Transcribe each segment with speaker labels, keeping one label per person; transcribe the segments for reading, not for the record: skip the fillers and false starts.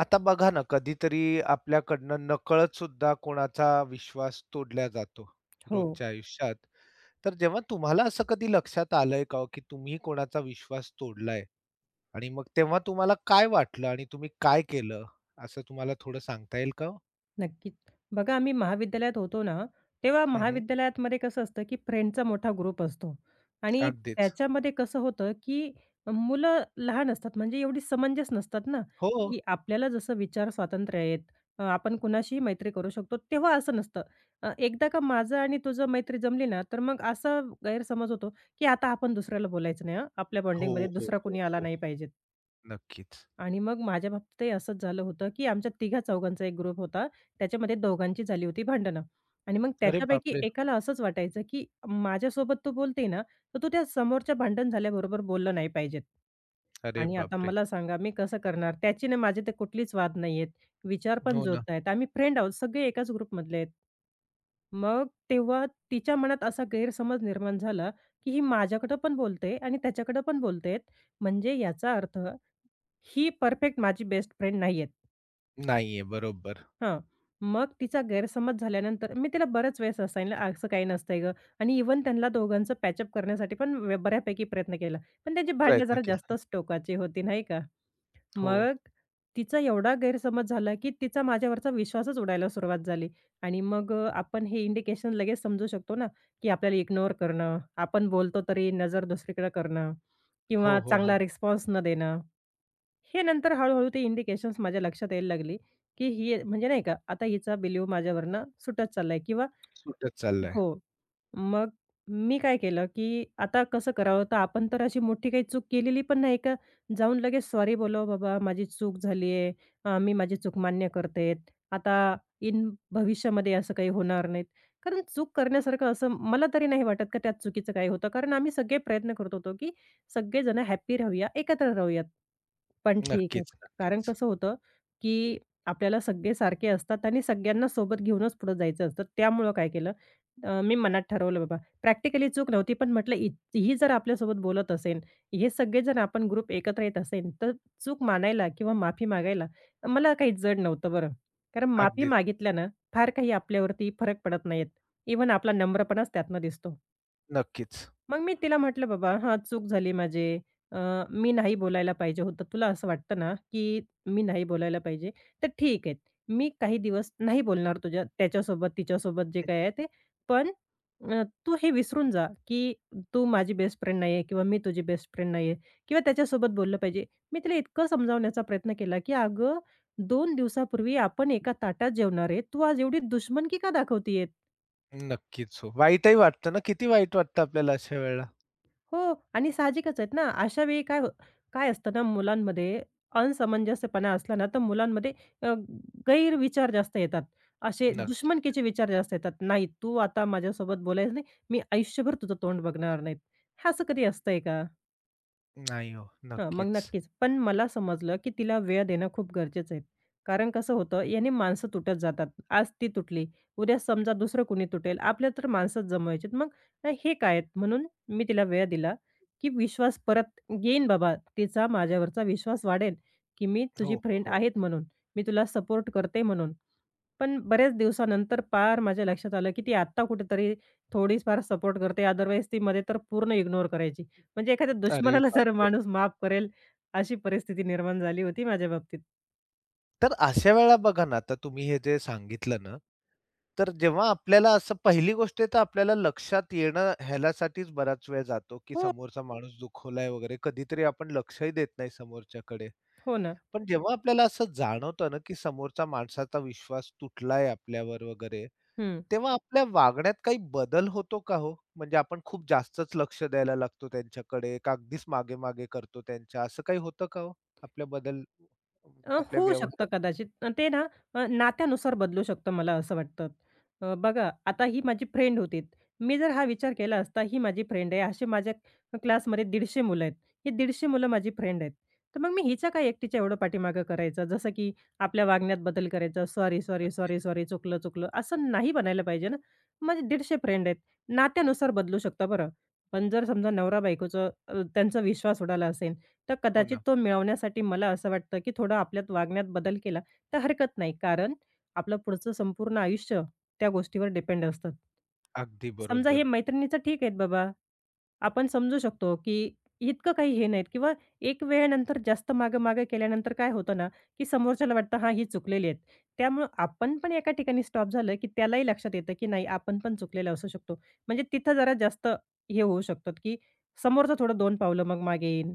Speaker 1: आता बघा ना, कधीतरी आपल्याकडनं नकळत सुद्धा कोणाचा विश्वास तोडला जातो
Speaker 2: हो,
Speaker 1: रोजच्या आयुष्यात. तर जेव्हा तुम्हाला असं कधी लक्षात आलंय का हो, की तुम्ही कोणाचा विश्वास तोडलाय? आणि मग तेव्हा तुम्हाला काय वाटलं आणि तुम्ही काय केलं? असं तुम्हाला थोडं सांगता येईल का हो?
Speaker 2: नक्कीच. बघा आम्ही महाविद्यालयात होतो ना, तेव्हा
Speaker 1: हं,
Speaker 2: महाविद्यालयामध्ये कसं असतं, की फ्रेंडचा मोठा ग्रुप असतो आणि
Speaker 1: अगदीच.
Speaker 2: त्याच्यामध्ये कसं होतं, की मुलं लहान असतात म्हणजे एवढी समंजस नसतात ना,
Speaker 1: हो.
Speaker 2: की आपल्याला जसं विचार स्वातंत्र्य आहेत, आपण कुणाशीही मैत्री करू शकतो, तेव्हा असं नसतं. एकदा का माझं आणि तुझं मैत्री जमली ना, तर मग असा गैरसमज होतो, की आता आपण दुसऱ्याला बोलायचं नाही हां, आपल्या
Speaker 1: हो,
Speaker 2: बॉन्डिंगमध्ये
Speaker 1: हो,
Speaker 2: दुसरा
Speaker 1: हो,
Speaker 2: कोणी आला
Speaker 1: हो.
Speaker 2: नाही पाहिजे.
Speaker 1: नक्कीच.
Speaker 2: आणि मग माझ्या बाबतीतही असंच झालं होतं, की आमच्या तिघा-चौघांचा एक ग्रुप होता. त्याच्यामध्ये दोघांची झाली होती भांडणं आणि मग
Speaker 1: अरे
Speaker 2: त्याच्यापैकी
Speaker 1: बापरे!
Speaker 2: एकाला असंच वाटायचं, की माझ्यासोबत तो बोलते ना, तर तो त्या समोरच्या भांडण झाल्याबरोबर बोलला नाही पाहिजेत.
Speaker 1: अरे
Speaker 2: आणि आता
Speaker 1: बापरे!
Speaker 2: मला सांगा मी कसं करणार? त्याची ना माझे तर कुठलीच वाद नाहीयेत. विचार पण
Speaker 1: हो
Speaker 2: जुळत
Speaker 1: ना.
Speaker 2: नाहीत. आम्ही फ्रेंड आहोत. सगळे एकाच ग्रुपमधले आहेत. मग तेव्हा तिच्या मनात असा गैरसमज निर्माण झाला, की ही माझ्याकडं पण बोलते आणि त्याच्याकडं पण बोलते. म्हणजे याचा अर्थ ही परफेक्ट माझी बेस्ट फ्रेंड नाहीयेत.
Speaker 1: नाहीये. बरोबर.
Speaker 2: हां. मग तिचा गैरसमज झाल्यानंतर मी तिला बऱ्याच वेळेस असं सांगितलं, "असं काही नसतंय गं" आणि इव्हन त्यांना दोघांचं पॅचअप करण्यासाठी पण व बऱ्यापैकी प्रयत्न केला. पण त्यांची भांडणं
Speaker 1: प्रयत्न
Speaker 2: जरा
Speaker 1: केला.
Speaker 2: जास्तच टोकाची होती, नाही का.
Speaker 1: हो.
Speaker 2: मग तिचा एवढा गैरसमज झाला, की तिचा माझ्यावरचा विश्वासच उडायला सुरुवात झाली आणि मग आपण हे इंडिकेशन लगेच समजू शकतो ना, की आपल्याला इग्नोर करणं, आपण बोलतो तरी नजर दुसरीकडे करणं
Speaker 1: हो,
Speaker 2: किंवा
Speaker 1: हो,
Speaker 2: चांगला
Speaker 1: हो.
Speaker 2: रिस्पॉन्स न देणं. हे नंतर हळू-हळू ते इंडिकेशन्स माझ्या लक्षात यायला लागली, की ही म्हणजे नाही का, आता हिचा बिलीव माझ्यावरनं सुटत चाललाय किंवा
Speaker 1: सुटत चाललाय.
Speaker 2: हो. मग मी काय केलं, की आता कसं करावं? तर आपण तर अशी मोठी काही चूक केलेली पण नाही का जाऊन लगेच सॉरी बोलावं, "बाबा माझी चूक झाली आहे. मी माझी चूक मान्य करते. आता इन भविष्यामध्ये असं काही होणार नाहीत." कारण चूक करण्यासारखं असं मला तरी नाही वाटत का त्यात चुकीचं काही होतं. कारण आम्ही सगळे प्रयत्न करत होतो, की सगळेजण हॅपी राहूया, एकत्र राहूयात. पण ठीक आहे.
Speaker 1: नक्कीच,
Speaker 2: कारण
Speaker 1: नक्कीच.
Speaker 2: कसं होतं, की आपल्याला सगळे सारखे असतात आणि सगळ्यांना सोबत घेऊनच पुढे जायचं असतं. त्यामुळं काय केलं मी मनात ठरवलं बाबा. प्रॅक्टिकली चूक नव्हती, पण म्हटलं ही जर आपल्यासोबत बोलत असेल, हे सगळेजण आपण ग्रुप एकत्र येत असेल, तर चूक मानायला किंवा माफी मागायला मला काही जड नव्हतं बरं. कारण माफी
Speaker 1: अगदीच.
Speaker 2: मागितल्यानं फार काही आपल्यावरती फरक पडत नाहीत. इवन आपला नम्रपणाच त्यातनं दिसतो.
Speaker 1: नक्कीच,
Speaker 2: मग मी तिला म्हटलं, "बाबा, हां, चूक झाली माझी. अ, मी नाही बोलायला पाहिजे होतं. तुला असं वाटतं ना, की मी नाही बोलायला पाहिजे, तर ठीक आहे. मी काही दिवस नाही बोलणार तुझ्या त्याच्यासोबत, तिच्यासोबत जे काही आहे ते. पण तू हे विसरून जा, की तू माझी बेस्ट फ्रेंड नाही आहे किंवा मी तुझी बेस्ट फ्रेंड नाही आहे किंवा त्याच्यासोबत बोललं पाहिजे." मी तिला इतकं समजावण्याचा प्रयत्न केला, की "अगं, 2 दिवसापूर्वी आपण एका ताटात जेवणार आहे. तू आज एवढी दुश्मन की का दाखवते
Speaker 1: नक्कीच हो. वाईटही वाटतं ना, किती वाईट वाटतं आपल्याला अशा वेळेला.
Speaker 2: हो आणि साहजिकच आहेत ना, अशा वेळी काय हो काय असतं ना मुलांमध्ये असमंजस्यपणा असला ना, तर मुलांमध्ये अ, गैरविचार जास्त येतात. असे
Speaker 1: नक्कीच.
Speaker 2: दुश्मनकीचे विचार जास्त येतात. "नाही, तू आता माझ्यासोबत बोलायचं नाही. मी आयुष्यभर तुझं तोंड बघणार नाहीत." हे असं कधी असतंय का?
Speaker 1: नाही हो,
Speaker 2: हां, मग
Speaker 1: नक्कीच.
Speaker 2: नक्कीच. पण मला समजलं, की तिला वेळ देणं खूप गरजेचं आहे. कारण कसं होतं, याने माणसं तुटत जातात. आज ती तुटली, उद्या समजा दुसरं कोणी तुटेल. आपल्या तर माणसंच जमवायचीत. मग हे काय आहेत? म्हणून मी तिला वेळ दिला, की विश्वास परत येईन बाबा. तिचा माझ्यावरचा विश्वास वाढेल, की मी
Speaker 1: हो,
Speaker 2: तुझी
Speaker 1: हो,
Speaker 2: फ्रेंड
Speaker 1: हो.
Speaker 2: आहेत म्हणून. मी तुला सपोर्ट करते म्हणून. पण बऱ्याच दिवसानंतर पार माझ्या लक्षात आलं, की ती आत्ता कुठेतरी थोडीफार सपोर्ट करते. अदरवाईज ती मध्ये तर पूर्ण इग्नोर करायची. म्हणजे एखाद्या
Speaker 1: अरे
Speaker 2: दुश्मनाला जर
Speaker 1: बापरे!
Speaker 2: माणूस माफ करेल, अशी परिस्थिती निर्माण झाली होती माझ्या बाबतीत.
Speaker 1: तर अशा वेळेला बघा ना, आता तुम्ही हे जे सांगितलं ना, तर जेव्हा आपल्याला असं पहिली गोष्ट आहे तर आपल्याला लक्षात येणं ह्यालासाठीच बराच वेळ जातो, की
Speaker 2: हो.
Speaker 1: समोरचा माणूस दुखवलाय वगैरे. कधीतरी आपण लक्षही देत नाही समोरच्याकडे.
Speaker 2: हो ना.
Speaker 1: पण जेव्हा आपल्याला असं जाणवतं ना, की समोरचा माणसाचा विश्वास तुटलाय आपल्यावर वगैरे,
Speaker 2: हं.
Speaker 1: तेव्हा आपल्या वागण्यात काही बदल होतो का हो? म्हणजे आपण खूप जास्तच लक्ष द्यायला लागतो त्यांच्याकडे, का अगदीच मागे-मागे करतो त्यांच्या, असं काही होतं का हो? आपल्या बदल आपल्या
Speaker 2: होऊ शकतं
Speaker 1: व्यवहारात?
Speaker 2: कदाचित. अ, ते ना अ, नात्यानुसार बदलू शकतं मला असं वाटतं. बघा आता ही माझी फ्रेंड होती. मी जर हा विचार केला असता ही माझी फ्रेंड आहे. असे माझ्या क्लासमध्ये 150 मुलं आहेत. ही 150 मुलं माझी फ्रेंड आहेत. तर मग मी हिच्या काय एकटीच्या एवढं पाठीमागं करायचं? जसं की आपल्या वागण्यात बदल करायचा. सॉरी, सॉरी,
Speaker 1: नक्की.
Speaker 2: सॉरी, सॉरी, चुकलं, चुकलं असं नाही बनायला पाहिजे ना. माझे 150 फ्रेंड आहेत. नात्यानुसार बदलू शकतं बरं. पण जर समजा नवरा बायकोचं त्यांचा विश्वास उडाला असेल तर
Speaker 1: हो
Speaker 2: कदाचित
Speaker 1: ना.
Speaker 2: तो मिळवण्यासाठी मला असं वाटतं, की थोडं आपल्यात वागण्यात बदल केला तर हरकत नाही. कारण आपलं पुढचं संपूर्ण आयुष्य त्या गोष्टीवर डिपेंड असतं.
Speaker 1: अगदी
Speaker 2: समजा हे
Speaker 1: बरोबर.
Speaker 2: मैत्रिणीचं ठीक आहेत बाबा. आपण समजू शकतो, की इतकं काही हे नाहीत किंवा एक वेळेनंतर जास्त मागे-मागे केल्यानंतर काय होतं ना, की समोरच्याला वाटतं हां, ही चुकलेली आहेत. त्यामुळं आपण पण एका ठिकाणी स्टॉप झालं, की त्यालाही लक्षात येतं, की नाही आपण पण चुकलेलं असू शकतो. म्हणजे तिथं जरा जास्त हे होऊ शकतात, की समोरचं थोडं 2 पावलं मग मागे येईन,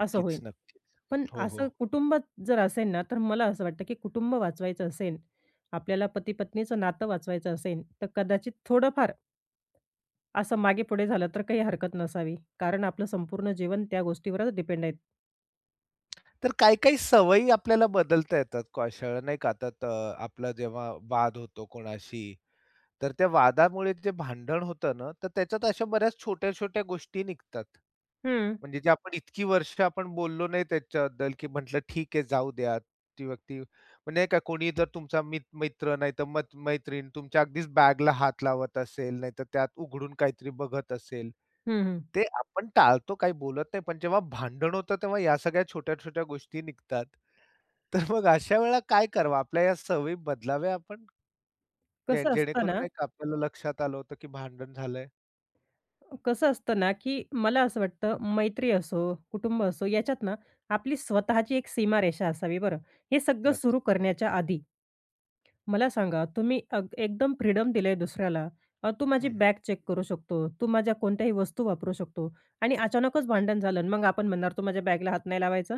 Speaker 2: असं होईल.
Speaker 1: नक्कीच.
Speaker 2: पण
Speaker 1: हो, हो.
Speaker 2: असं कुटुंबात जर असेल ना, तर मला असं वाटतं की कुटुंब वाचवायचं असेल, आपल्याला पती-पत्नीचं नातं वाचवायचं असेल, तर कदाचित थोडंफार असं मागे-पुढे झालं तर काही हरकत नसावी. कारण आपलं संपूर्ण जीवन त्या गोष्टीवरच डिपेंड आहे.
Speaker 1: तर काही-काही सवयी आपल्याला बदलता येतात, कौशल्य नाही का? आता त आपला जेव्हा वाद होतो कोणाशी तर त्या वादामुळे जे भांडण होतं ना, तर त्याच्यात अशा बऱ्याच छोट्या-छोट्या गोष्टी निघतात.
Speaker 2: हं.
Speaker 1: म्हणजे जे आपण इतकी वर्ष आपण बोललो नाही त्याच्याबद्दल, की म्हटलं ठीक आहे जाऊ द्या. ती व्यक्ती म्हणजे नाही का कोणी जर तुमचा मित्र नाहीतर मैत्रीण तुमच्या अगदीच बॅगला हात लावत असेल, नाहीतर त्यात उघडून काहीतरी बघत असेल.
Speaker 2: हं, हं.
Speaker 1: ते आपण टाळतो, काही बोलत नाही. पण जेव्हा भांडण होतं तेव्हा या सगळ्या छोट्या-छोट्या गोष्टी निघतात. तर मग अशा वेळेला काय करावं? आपल्या या सवयी बदलाव्या आपण? जे
Speaker 2: कसं असतं
Speaker 1: जेणेकरून
Speaker 2: ना
Speaker 1: नाही का आपल्याला लक्षात आलं होतं, की भांडण झालंय.
Speaker 2: कसं असतं ना की मला असं वाटतं मैत्री असो, कुटुंब असो याच्यात ना आपली स्वतःची एक सीमारेषा असावी बरं. हे सगळं
Speaker 1: नक्कीच.
Speaker 2: सुरू
Speaker 1: हो.
Speaker 2: करण्याच्या आधी. मला सांगा, तुम्ही अग एकदम फ्रीडम दिलंय दुसऱ्याला. तू माझी
Speaker 1: हं, हं.
Speaker 2: बॅग चेक करू शकतो, तू माझ्या कोणत्याही वस्तू वापरू शकतो आणि अचानकच भांडण झालं आणि मग आपण म्हणणार, "तू माझ्या बॅगला हात नाही लावायचा,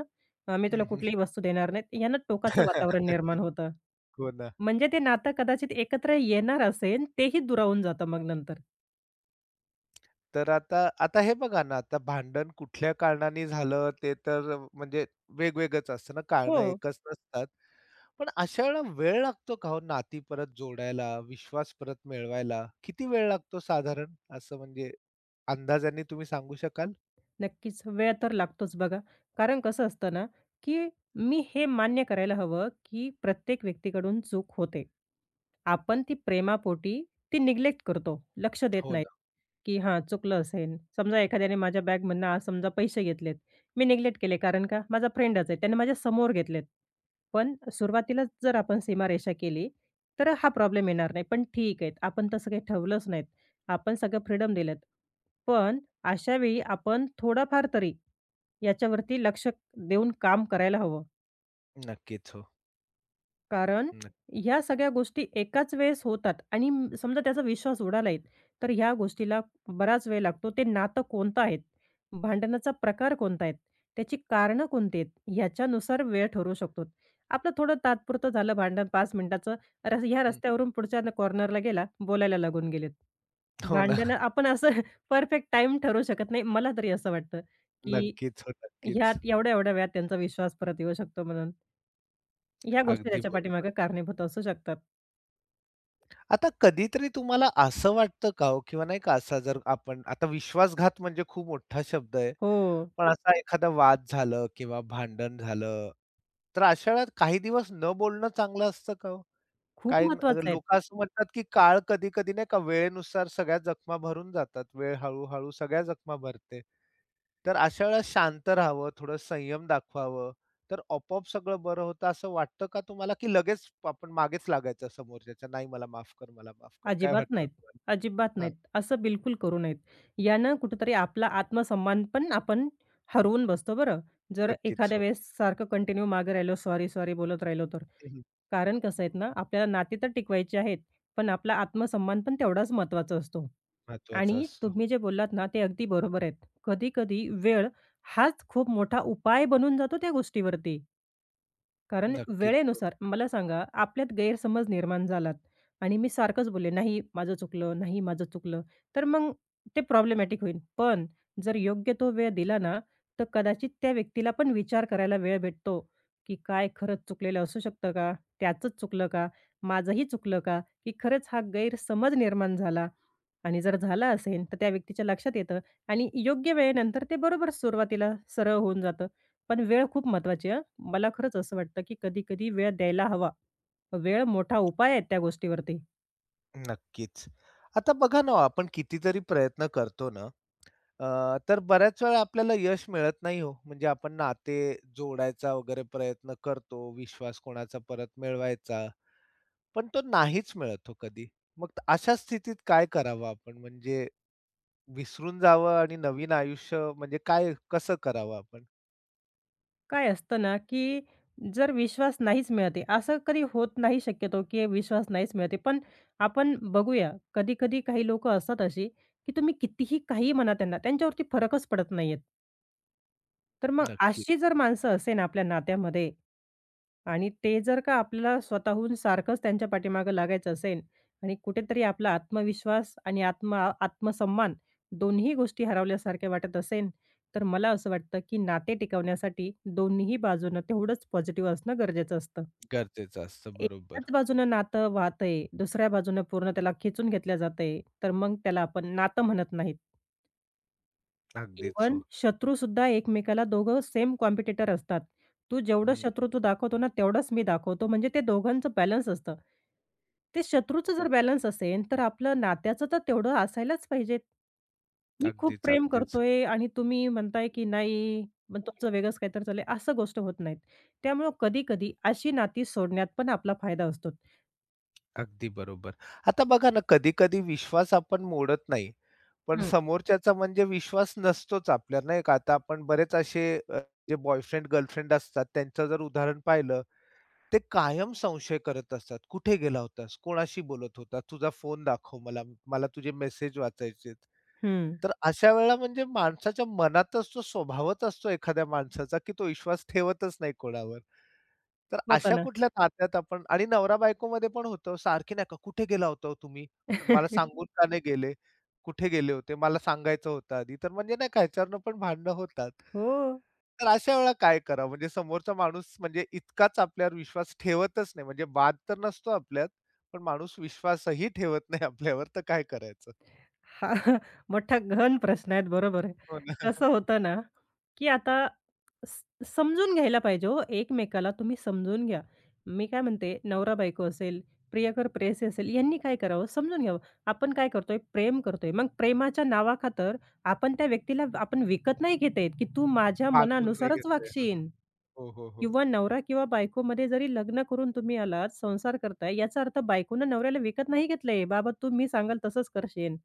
Speaker 2: मी तुला
Speaker 1: हं, हं.
Speaker 2: कुठलीही वस्तू देणार नाहीत." यानं टोकाचं वातावरण निर्माण
Speaker 1: नक्कीच.
Speaker 2: होतं.
Speaker 1: हो ना.
Speaker 2: म्हणजे ते नातं कदाचित एकत्र येणार असेल, तेही दुरावून जातं मग नंतर.
Speaker 1: तर आता आता हे बघा ना, आता भांडण कुठल्या कारणाने झालं ते तर म्हणजे वेगवेगळंच असतं ना,
Speaker 2: हो.
Speaker 1: कारणं एकच नसतात. पण अशा वेळेला वेळ लागतो का हो नाती परत जोडायला, विश्वास परत मिळवायला? किती वेळ लागतो साधारण असं म्हणजे अंदाजाने तुम्ही सांगू शकाल?
Speaker 2: नक्कीच. वेळ तर लागतोच बघा. कारण कसं असतं ना, की मी हे मान्य करायला हवं, की प्रत्येक व्यक्तीकडून चूक होते. आपण ती प्रेमापोटी ती निग्लेक्ट करतो, लक्ष देत
Speaker 1: हो
Speaker 2: नाही,
Speaker 1: ना.
Speaker 2: की हां, चुकलं असेल. समजा एखाद्याने माझ्या बॅगमधनं आज समजा पैसे घेतलेत. मी निग्लेक्ट केले कारण का माझा फ्रेंडच आहे. त्याने माझ्या समोर घेतलेत. पण सुरुवातीलाच जर आपण सीमारेषा केली, तर हा प्रॉब्लेम येणार नाही. पण ठीक आहे, आपण तसं काही ठेवलंच नाहीत. आपण सगळं फ्रीडम दिलेत. पण अशावेळी आपण थोडाफार तरी याच्यावरती लक्ष देऊन काम करायला हवं.
Speaker 1: नक्कीच. हो.
Speaker 2: कारण
Speaker 1: नक्की.
Speaker 2: ह्या सगळ्या गोष्टी एकाच वेळेस होतात आणि समजा त्याचा विश्वास उडालाय, तर ह्या गोष्टीला बराच वेळ लागतो. ते नातं कोणतं आहे? भांडणाचा प्रकार कोणता आहे? त्याची कारणं कोणती आहेत? ह्याच्यानुसार वेळ ठरवू शकतो. आपलं थोडं तात्पुरतं झालं भांडण 5 मिनिटाचं. रस ह्या
Speaker 1: हं.
Speaker 2: रस्त्यावरून पुढच्या कॉर्नरला गेला, बोलायला लागून गेलेत.
Speaker 1: हो ना.
Speaker 2: भांडणं आपण असं परफेक्ट टाईम ठरवू शकत नाही. मला तरी असं वाटतं, की
Speaker 1: नक्कीच, हो.
Speaker 2: ह्यात
Speaker 1: नक्कीच.
Speaker 2: एवढ्या-एवढ्या वेळात त्यांचा विश्वास परत येऊ शकतो म्हणून. ह्या गोष्टी
Speaker 1: अगदी
Speaker 2: त्याच्या
Speaker 1: बरोबर.
Speaker 2: पाठीमागे कारणीभूत असू शकतात.
Speaker 1: आता कधीतरी तुम्हाला असं वाटतं का हो किंवा नाही का असा जर आपण आता विश्वासघात म्हणजे खूप मोठा शब्द आहे.
Speaker 2: हो,
Speaker 1: पण असा एखादा वाद झालं किंवा भांडण झालं, तर अशा वेळेला काही दिवस न बोलणं चांगलं असतं का हो?
Speaker 2: खूप
Speaker 1: काही
Speaker 2: महत्त्वाचं आहेत.
Speaker 1: लोकं असं म्हणतात, की काळ कधी-कधी नाही का वेळेनुसार सगळ्या जखमा भरून जातात. वेळ हळू-हळू सगळ्या जखमा भरते. तर अशा वेळेला शांत राहावं, थोडं संयम दाखवावं, तर आपोआप सगळं बरं होतं असं वाटतं का तुम्हाला, की लगेच आपण मागेच लागायचं समोरच्याच्या, "नाही मला माफ कर, मला माफ कर." काय
Speaker 2: अजिबात
Speaker 1: वाटतं
Speaker 2: नाहीत,
Speaker 1: तुम्हाला?
Speaker 2: अजिबात
Speaker 1: हां,
Speaker 2: नाहीत. असं बिलकुल करू नयेत. यानं कुठेतरी आपला आत्मसन्मान पण आपण हरवून बसतो बरं. जर
Speaker 1: नक्कीच
Speaker 2: एखाद्या
Speaker 1: हो.
Speaker 2: वेळेस सारखं कंटिन्यू मागे राहिलो, सॉरी, सॉरी बोलत राहिलो तर.
Speaker 1: हं,
Speaker 2: कारण कसं आहेत ना, आपल्याला नाती तर टिकवायची आहेत, पण आपला आत्मसन्मान पण तेवढाच महत्त्वाचा असतो.
Speaker 1: महत्वाचा
Speaker 2: आणि
Speaker 1: असतो.
Speaker 2: तुम्ही जे बोललात ना, ते अगदी बरोबर आहेत. कधी-कधी वेळ हाच खूप मोठा उपाय बनून जातो त्या गोष्टीवरती. कारण
Speaker 1: नक्कीच हो.
Speaker 2: वेळेनुसार मला सांगा, आपल्यात गैरसमज निर्माण झालात आणि मी सारखंच बोलले, "नाही, माझं चुकलं, नाही माझं चुकलं." तर मग ते प्रॉब्लेमॅटिक होईल. पण जर योग्य तो वेळ दिला ना, तर कदाचित त्या व्यक्तीला पण विचार करायला वेळ भेटतो, की काय खरंच चुकलेलं असू शकतं का? त्याचंच चुकलं का? माझंही चुकलं का? की खरंच हा गैरसमज निर्माण झाला? आणि जर झालं असेल, तर त्या व्यक्तीच्या लक्षात येतं आणि योग्य वेळेनंतर ते बरोबर सुरुवातीला सरळ होऊन जातं. पण वेळ खूप महत्त्वाची आहे हां. मला खरंच असं वाटतं, की कधी-कधी वेळ द्यायला हवा. वेळ मोठा उपाय आहे त्या गोष्टीवरती.
Speaker 1: नक्कीच. आता बघा ना, हो, आपण कितीतरी प्रयत्न करतो ना तर बऱ्याच वेळा आपल्याला यश मिळत नाही हो. म्हणजे आपण नाते जोडायचा वगैरे प्रयत्न करतो, विश्वास कोणाचा परत मिळवायचा, पण तो नाहीच मिळत हो कधी. मग अशा स्थितीत काय करावं आपण? म्हणजे विसरून जावं आणि नवीन आयुष्य म्हणजे काय कसं करावं आपण?
Speaker 2: काय असतं ना, की जर विश्वास नाहीच मिळत असं कधी होत नाही शक्यतो, की विश्वास नाहीच मिळत पण आपण बघूया, कधी-कधी काही लोकं असतात अशी, की तुम्ही कितीही काही म्हणा त्यांना, त्यांच्यावरती फरकच पडत नाहीयेत. तर मग
Speaker 1: नक्कीच.
Speaker 2: अशी जर माणसं असेल आपल्या नात्यामध्ये, आणि ते जर का आपल्याला स्वतःहून सारखंच त्यांच्या पाठीमागं लागायचं असेल आणि कुठेतरी आपला आत्मविश्वास आणि आत्मसन्मान दोन्ही गोष्टी हरवल्यासारख्या वाटत असेल, तर मला असं वाटतं, की नाते टिकवण्यासाठी दोन्हीही बाजूनं तेवढंच पॉझिटिव्ह असणं गरजेचं असतं.
Speaker 1: गरजेचं असतं. बरोबर.
Speaker 2: एकाच बाजूनं नातं वाहतंय, दुसऱ्या बाजूनं पूर्ण त्याला खेचून घेतलं जातंय, तर मग त्याला आपण नातं म्हणत नाहीत.
Speaker 1: अगदीच
Speaker 2: इव्हन
Speaker 1: हो.
Speaker 2: शत्रूसुद्धा एकमेकाला दोघं सेम कॉम्पिटिटर असतात. तू जेवढं
Speaker 1: हं,
Speaker 2: शत्रुत्व दाखवतो ना, तेवढंच मी दाखवतो म्हणजे ते दोघांचं बॅलन्स असतं. ते शत्रूचं
Speaker 1: हं.
Speaker 2: जर बॅलन्स असेल, तर आपलं नात्याचं तर तेवढं असायलाच पाहिजे. मी खूप
Speaker 1: अगदीच,
Speaker 2: प्रेम
Speaker 1: अगदीच.
Speaker 2: करतोय आणि तुम्ही म्हणताय की नाही, मग तुमचं वेगळंच काहीतरी चाललंय, असं गोष्ट होत नाहीत. त्यामुळं कधी-कधी अशी नाती सोडण्यात पण आपला फायदा असतो.
Speaker 1: अगदी बरोबर. आता बघा ना, कधी-कधी विश्वास आपण मोडत नाही, पण
Speaker 2: हं.
Speaker 1: समोरच्याचा म्हणजे विश्वास नसतोच आपल्यावर नाही का. आता आपण बरेच असे जे बॉयफ्रेंड, गर्लफ्रेंड असतात त्यांचं जर उदाहरण पाहिलं, ते कायम संशय करत असतात. "कुठे गेला होतास? कोणाशी बोलत होता? तुझा फोन दाखव मला. मला तुझे मेसेज वाचायचेत."
Speaker 2: हं.
Speaker 1: तर अशा वेळेला म्हणजे माणसाच्या मनातच तो स्वभावच असतो एखाद्या माणसाचा, की तो विश्वास ठेवतच नाही कोणावर. तर
Speaker 2: होतं
Speaker 1: अशा
Speaker 2: ना.
Speaker 1: कुठल्या नात्यात आपण आणि नवरा-बायकोमध्ये पण होतं, सारखे नाही का, "कुठे गेला होता ओ तुम्ही? मला सांगून का नाही गेले? कुठे गेले होते? मला सांगायचं होतं आधी." तर म्हणजे नाही का ह्याच्यावरनं पण भांडणं होतात.
Speaker 2: हो.
Speaker 1: तर अशा वेळेला काय करावं? म्हणजे समोरचा माणूस म्हणजे इतकाच आपल्यावर विश्वास ठेवतच नाही. म्हणजे वाद तर नसतो आपल्यात, पण माणूस विश्वासही ठेवत नाही आपल्यावर, तर काय करायचं?
Speaker 2: हा मोठा गहन प्रश्न आहेत. बरोबर आहे.
Speaker 1: हो ना.
Speaker 2: कसं होतं ना, की आता स समजून घ्यायला पाहिजे हो एकमेकाला तुम्ही समजून घ्या. मी काय म्हणते नवरा-बायको असेल, प्रियकर प्रेयसी असेल यांनी काय करावं समजून घ्यावं. आपण काय करतोय? प्रेम करतोय. मग प्रेमाच्या नावाखातर आपण त्या व्यक्तीला आपण विकत नाही घेत आहेत, की तू माझ्या
Speaker 1: बांधून नाही
Speaker 2: मनानुसारच
Speaker 1: घेतलंय.
Speaker 2: वागशील
Speaker 1: हो, हो, हो.
Speaker 2: किंवा नवरा किंवा बायकोमध्ये जरी लग्न करून तुम्ही आलात, संसार करताय याचा अर्थ बायकोनं नवऱ्याला विकत नाही घेतलंय. "बाबा तू मी सांगाल तसंच करशील."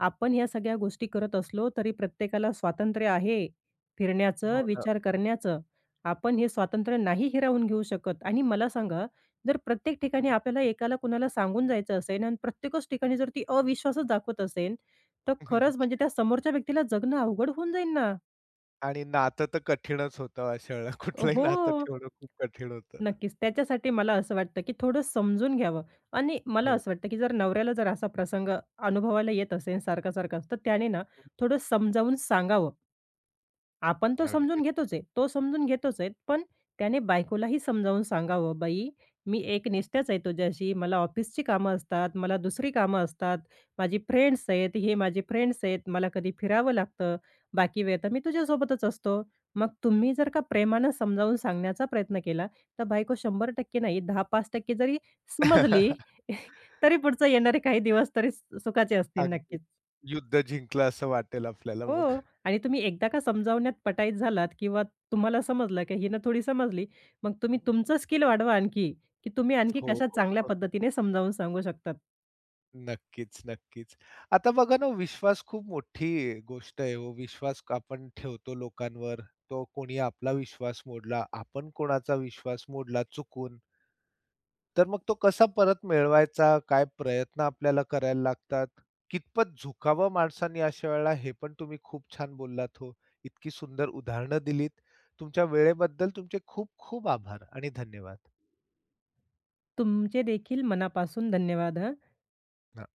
Speaker 2: आपण या सगळ्या गोष्टी करत असलो तरी प्रत्येकाला स्वातंत्र्य आहे फिरण्याचं,
Speaker 1: हो ना.
Speaker 2: विचार करण्याचं. आपण हे स्वातंत्र्य नाही हिरावून घेऊ शकत आणि मला सांगा, जर प्रत्येक ठिकाणी आपल्याला एकाला कुणाला सांगून जायचं असेल आणि प्रत्येकच ठिकाणी जर ती अविश्वासच दाखवत असेल, तर खरंच म्हणजे त्या समोरच्या व्यक्तीला जगणं अवघड होऊन जाईल ना.
Speaker 1: आणि नातं तर कठीणच होतं अशा वेळेला. कुठलंही
Speaker 2: हो,
Speaker 1: नातं ठेवणं खूप कठीण होतं.
Speaker 2: नक्कीच. त्याच्यासाठी मला असं वाटतं, की थोडं समजून घ्यावं आणि मला
Speaker 1: हो.
Speaker 2: असं वाटतं, की जर नवऱ्याला जर असा प्रसंग अनुभवायला येत असेल सारखा-सारखाच, तर त्याने ना थोडं समजावून सांगावं. आपण तो
Speaker 1: अगदी.
Speaker 2: समजून घेतोच आहे. तो समजून घेतोच आहे. पण त्याने बायकोलाही समजावून सांगावं, "बाई, मी एकनिष्ठाच आहे तुझ्याशी. मला ऑफिसची कामं असतात, मला दुसरी कामं असतात. माझी फ्रेंड्स आहेत, हे माझे फ्रेंड्स आहेत. मला कधी फिरावं लागतं. बाकी वेळ तर मी तुझ्यासोबतच असतो." मग तुम्ही जर का प्रेमानं समजावून सांगण्याचा प्रयत्न केला, तर बायको 100% नाही, 10-5% जरी समजली, तरी पुढचं येणारे काही दिवस तरी सुखाचे असतील
Speaker 1: अगदी.
Speaker 2: नक्कीच.
Speaker 1: युद्ध जिंकलं असं वाटेल आपल्याला मग.
Speaker 2: हो. आणि तुम्ही एकदा का समजावण्यात पटाईत झालात किंवा तुम्हाला समजलं की हिनं थोडी समजली, मग तुम्ही तुमचं स्किल वाढवा आणखी, की तुम्ही आणखी
Speaker 1: हो,
Speaker 2: कशा
Speaker 1: हो,
Speaker 2: चांगल्या
Speaker 1: हो.
Speaker 2: पद्धतीने समजावून सांगू शकतात.
Speaker 1: नक्कीच, नक्कीच. आता बघा ना, विश्वास खूप मोठी गोष्ट आहे हो. विश्वास आपण ठेवतो लोकांवर. तो कोणी आपला विश्वास मोडला, आपण कोणाचा विश्वास मोडला चुकून, तर मग तो कसा परत मिळवायचा? काय प्रयत्न आपल्याला करायला लागतात? कितपत झुकावं माणसाने अशा वेळेला हे पण तुम्ही खूप छान बोललात हो. इतकी सुंदर उदाहरणं दिलीत. तुमच्या वेळेबद्दल तुमचे खूप खूप आभार आणि धन्यवाद.
Speaker 2: तुमचे देखील मनापासून धन्यवाद हां.